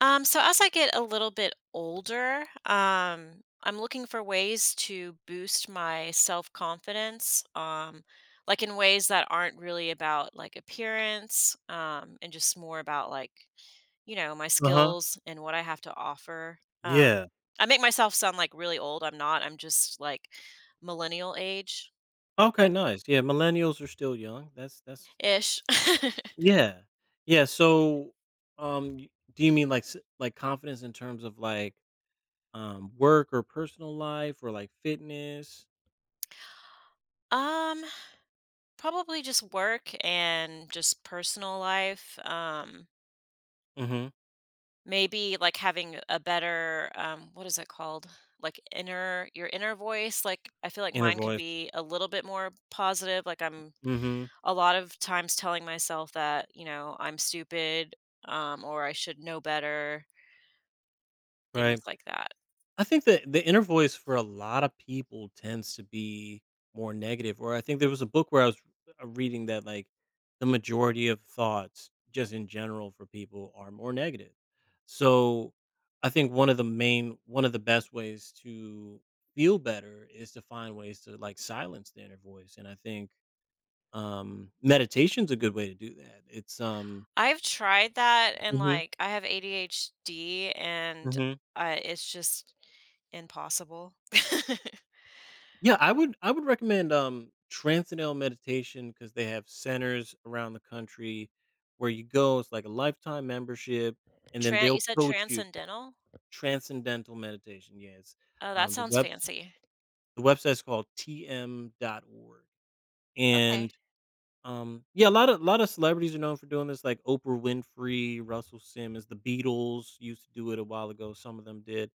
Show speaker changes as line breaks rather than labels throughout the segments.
So as I get a little bit older, I'm looking for ways to boost my self confidence, like in ways that aren't really about like appearance, and just more about my
Uh-huh.
skills and what I have to offer.
Yeah.
I make myself sound like really old. I'm not. I'm just like millennial age
Okay,
that-
nice. Yeah, millennials are still young. That's.
ish.
Yeah. Yeah, so, y do you mean, like, s like, confidence in terms of, like, work or personal life or, like, fitness?
um, Probably just work and just personal life.
Mhm.
Maybe, like, having a better, what is it called? Like, inner your inner voice. Like, I feel like
Inner
mine could
voice.
be a little bit more positive. Like, I'm
Mhm.
a lot of times telling myself that, you know, I'm stupid, or I should know better, things
Right.
like that.
I think that the inner voice for a lot of people tends to be more negative. Or I think there was a book where I was reading that like the majority of thoughts, just in general, for people are more negative. So I think one of the best ways to feel better is to find ways to like silence the inner voice. And I think meditation's a good way to do that. It's.
I've tried that and,
Mhm,
like, I have ADHD and,
mhm.
it's just impossible.
Yeah, I would recommend transcendental meditation because they have centers around the country where you go. It's like a lifetime membership, and then
Tran You
they'll
said
coach you.
transcendental?
Transcendental meditation. Yes,
Oh, that
um, the
sounds
web
fancy.
the website's called tm.org,
Okay,
and yeah, a lot of celebrities are known for doing this, like Oprah Winfrey, Russell Simmons, the Beatles used to do it a while ago. Some of them did,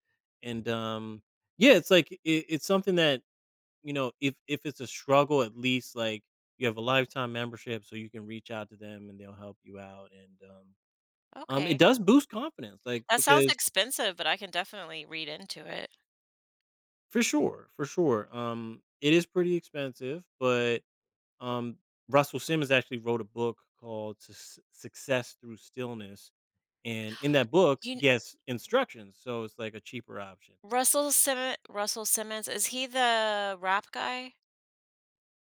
and yeah, it's like it's something that if it's a struggle, at least like you have a lifetime membership, so you can reach out to them and they'll help you out. And it
okay.
does boost confidence, like
That sounds
because
expensive, but I can definitely read into it.
for sure, it is pretty expensive, but um, Russell Simmons actually wrote a book called Success Through Stillness, and in that book,
You kn
he has instructions, so it's like a cheaper option.
Russell Simmons, is he the rap guy?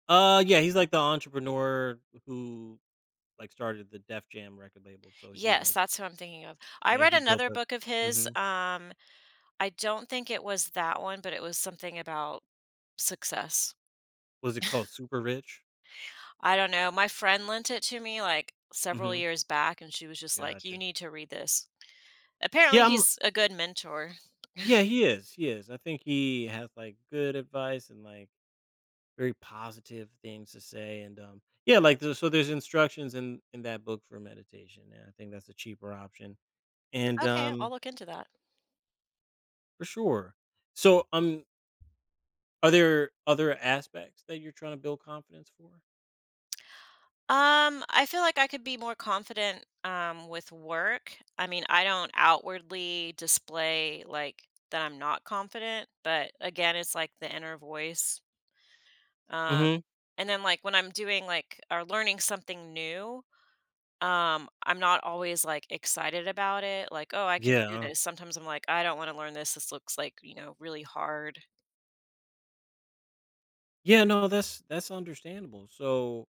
Yeah, he's like the entrepreneur who like started the Def Jam record label, so he
Yes,
like.
that's who I'm thinking of. I
Yeah,
read
he built
another
up.
book of his.
Mhm.
I don't think it was that one, but it was something about success.
Was it called Super Rich?
I don't know, my friend lent it to me, like, several
Mhm.
years back, and she was just like, "You
Gotcha.
need to read this." Apparently,
Yeah, I'm,
he's a good mentor.
yeah, he is, he is. I think he has, like, good advice and, like, very positive things to say, and, yeah, like, there's instructions in that book for meditation, and I think that's a cheaper option, and,
Okay, I'll look into that.
for sure. So, are there other aspects that you're trying to build confidence for?
I feel like I could be more confident with work. I mean, I don't outwardly display like that I'm not confident, but again, it's like the inner voice. Um
Mhm.
and then like when I'm doing like or learning something new, I'm not always like excited about it, like, oh, I can do
Yeah.
this. Sometimes I'm like, I don't want to learn this. This looks like, you know, really hard.
Yeah, no, that's understandable. So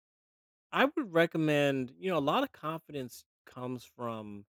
I would recommend, a lot of confidence comes from,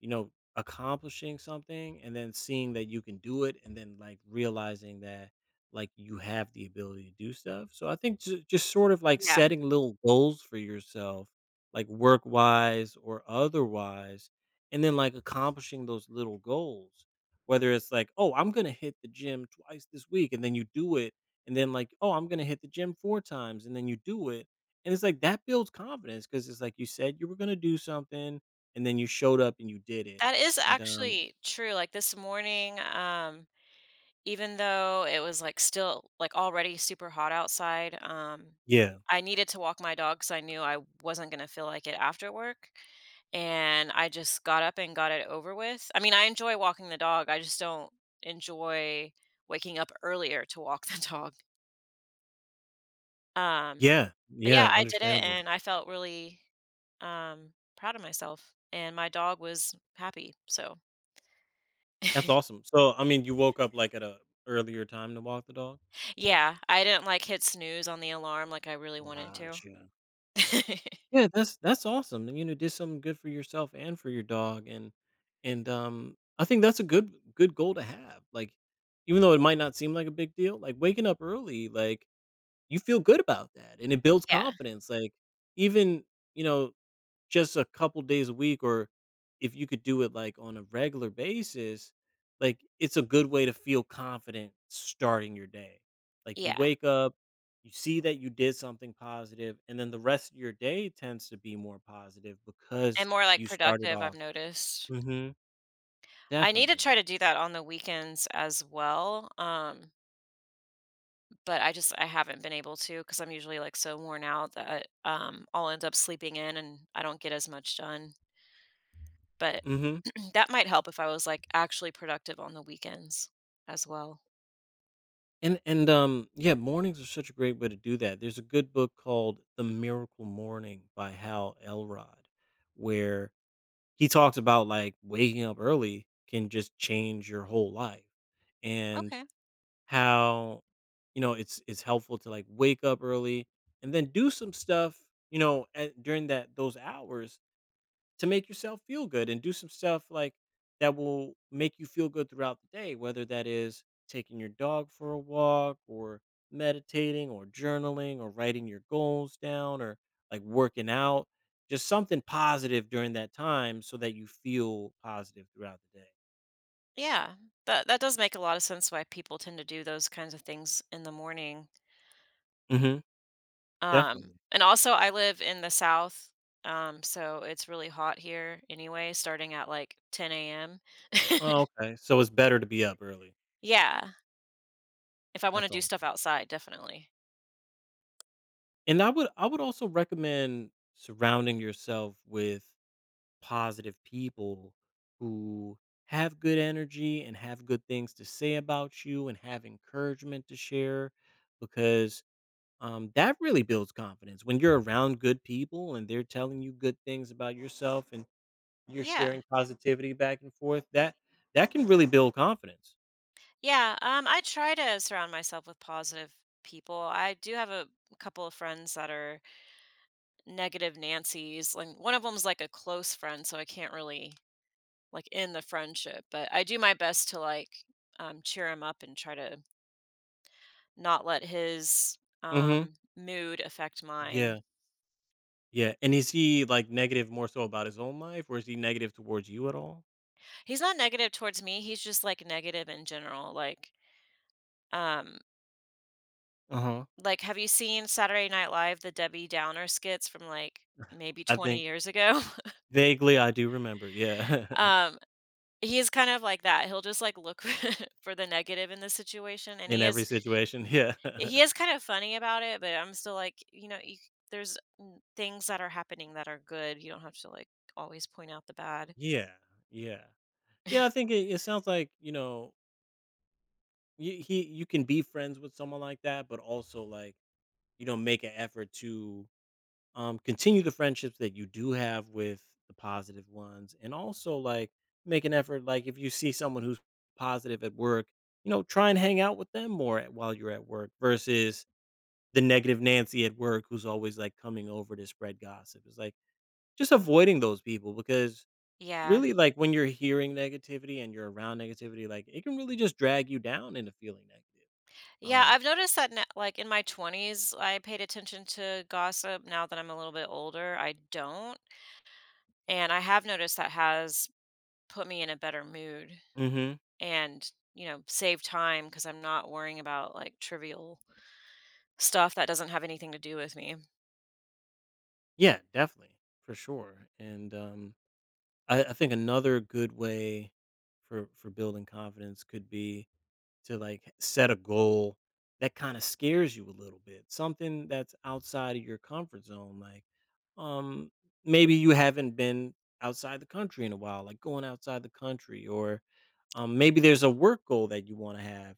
accomplishing something and then seeing that you can do it and then like realizing that like you have the ability to do stuff. So I think just sort of like
Yeah.
setting little goals for yourself, like work wise or otherwise, and then like accomplishing those little goals. Whether it's like, oh, I'm going to hit the gym twice this week, and then you do it. And then like, oh, I'm going to hit the gym four times, and then you do it, and it's like that builds confidence because it's like you said you were gonna do something, and then you showed up and you did it.
That is
And,
actually true. Like this morning, even though it was, like, still, like, already super hot outside,
yeah.
I needed to walk my dog because I knew I wasn't gonna feel like it after work, and I just got up and got it over with. I mean, I enjoy walking the dog, I just don't enjoy waking up earlier to walk the dog. Um,
Yeah.
but yeah,
Yeah,
I did it,
understandable.
and I felt really, proud of myself, and my dog was happy, so.
That's awesome. So, I mean, you woke up, like, at a earlier time to walk the dog?
Yeah, I didn't, like, hit snooze on the alarm like I really wanted to.
Gotcha. Yeah, that's awesome, and, you know, did something good for yourself and for your dog, I think that's a good goal to have, like, even though it might not seem like a big deal, like, waking up early, like, you feel good about that, and it builds
Yeah.
confidence, like, even, you know just a couple days a week or if you could do it like on a regular basis, like it's a good way to feel confident starting your day. Like you
Yeah,
wake up, you see that you did something positive, and then the rest of your day tends to be more positive
and
because
more, like,
you started
productive, I've
off.
noticed.
Hmm.
I need to
Definitely.
try to do that on the weekends as well, but I just I haven't been able to because 'cause I'm usually, like, so worn out that, I'll end up sleeping in and I don't get as much done, but
Hmm.
that might help if I was, like, actually productive on the weekends as well.
And yeah, mornings are such a great way to do that. There's a good book called The Miracle Morning by Hal Elrod, where he talked about like waking up early can just change your whole life, and
Okay,
how it's helpful to like wake up early and then do some stuff during that those hours to make yourself feel good and do some stuff like that will make you feel good throughout the day, whether that is taking your dog for a walk or meditating or journaling or writing your goals down or like working out, just something positive during that time so that you feel positive throughout the day.
yeah, that that does make a lot of sense why people tend to do those kinds of things in the morning.
Mhm. Definitely.
And also I live in the South, so it's really hot here anyway, starting at like 10 AM.
Oh, okay. So it's better to be up early.
Yeah, if I wanna
That's
do stuff
awesome.
outside, definitely.
And I would also recommend surrounding yourself with positive people who have good energy and have good things to say about you and have encouragement to share because that really builds confidence when you're around good people and they're telling you good things about yourself and you're
Yeah,
sharing positivity back and forth, that that can really build confidence.
yeah, I try to surround myself with positive people. I do have a couple of friends that are negative Nancys, and one of them's like a close friend, so I can't really like end the friendship, but I do my best to like, cheer him up and try to not let his
Hmm.
mood affect mine.
Yeah, yeah, and is he like negative more so about his own life, or is he negative towards you at all?
He's not negative towards me, he's just like negative in general. Um
Uh-huh.
like have you seen Saturday Night Live the Debbie Downer skits from like maybe
I
20
think,
years ago?
vaguely, I do remember, yeah.
um he kind of like that. He'll just like look for the negative in the situation and
In
he is
every situation, yeah.
he is kind of funny about it, but I'm still like, you know, there's things that are happening that are good. You don't have to like always point out the bad.
Yeah, yeah. Yeah, I think it sounds like, you can be friends with someone like that, but also, like, make an effort to, continue the friendships that you do have with the positive ones, and also, like, make an effort, like, if you see someone who's positive at work, try and hang out with them more at while you're at work versus the negative Nancy at work who's always, like, coming over to spread gossip. It's like, just avoiding those people, because
Yeah.
really, like, when you're hearing negativity and you're around negativity, like, it can really just drag you down into feeling negative.
Yeah,
Um
I've noticed that now, like in my 20s, I paid attention to gossip. Now that I'm a little bit older, I don't. And I have noticed that has put me in a better mood
mhm.
and, you know, save time because I'm not worrying about like trivial stuff that doesn't have anything to do with me.
Yeah, definitely, for sure, and, I think another good way for building confidence could be to like set a goal that kind of scares you a little bit, something that's outside of your comfort zone, like um maybe you haven't been outside the country in a while, like going outside the country, or maybe there's a work goal that you want to have,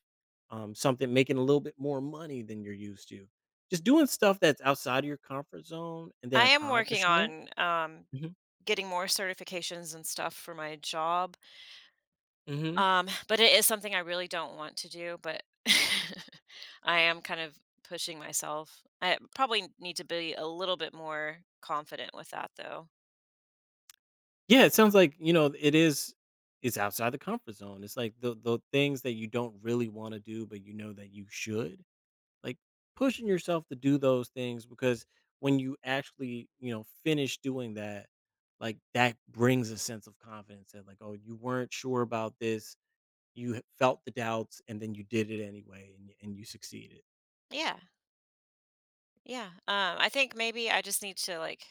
something making a little bit more money than you're used to, just doing stuff that's outside of your comfort zone and then
I am working
accomplishing it.
on
Mhm,
getting more certifications and stuff for my job.
mhm.
But it is something I really don't want to do, but I am kind of pushing myself. I probably need to be a little bit more confident with that though.
Yeah, it sounds like, you know, it's outside the comfort zone. It's like the things that you don't really wanna do, but you know that you should. Like, pushing yourself to do those things because when you actually, finish doing that, like, that brings a sense of confidence that, like, "Oh, you weren't sure about this, you h felt the doubts, and then you did it anyway, and y and you succeeded."
Yeah. Yeah. I think maybe I just need to like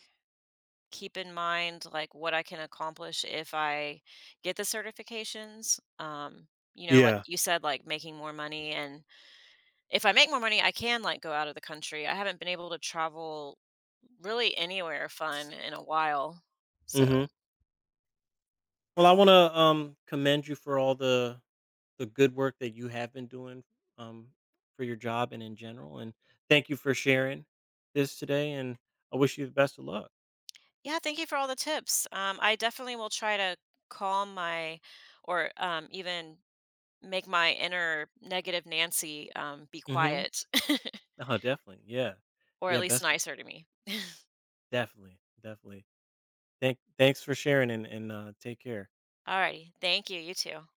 keep in mind like what I can accomplish if I get the certifications. You know, like
Yeah.
you said, like making more money, and if I make more money, I can like go out of the country. I haven't been able to travel really anywhere fun in a while. So
Mhm. Well, I wanna, commend you for all the good work that you have been doing, um, for your job and in general. And thank you for sharing this today. And I wish you the best of luck.
yeah, thank you for all the tips. I definitely will try to calm my, or even make my inner negative Nancy be
Hmm.
quiet,
Oh, definitely. Yeah.
or at
Yeah.
least
Best.
nicer to me.
Definitely. Definitely. Thanks for sharing, and take care.
Alrighty, thank you. You too.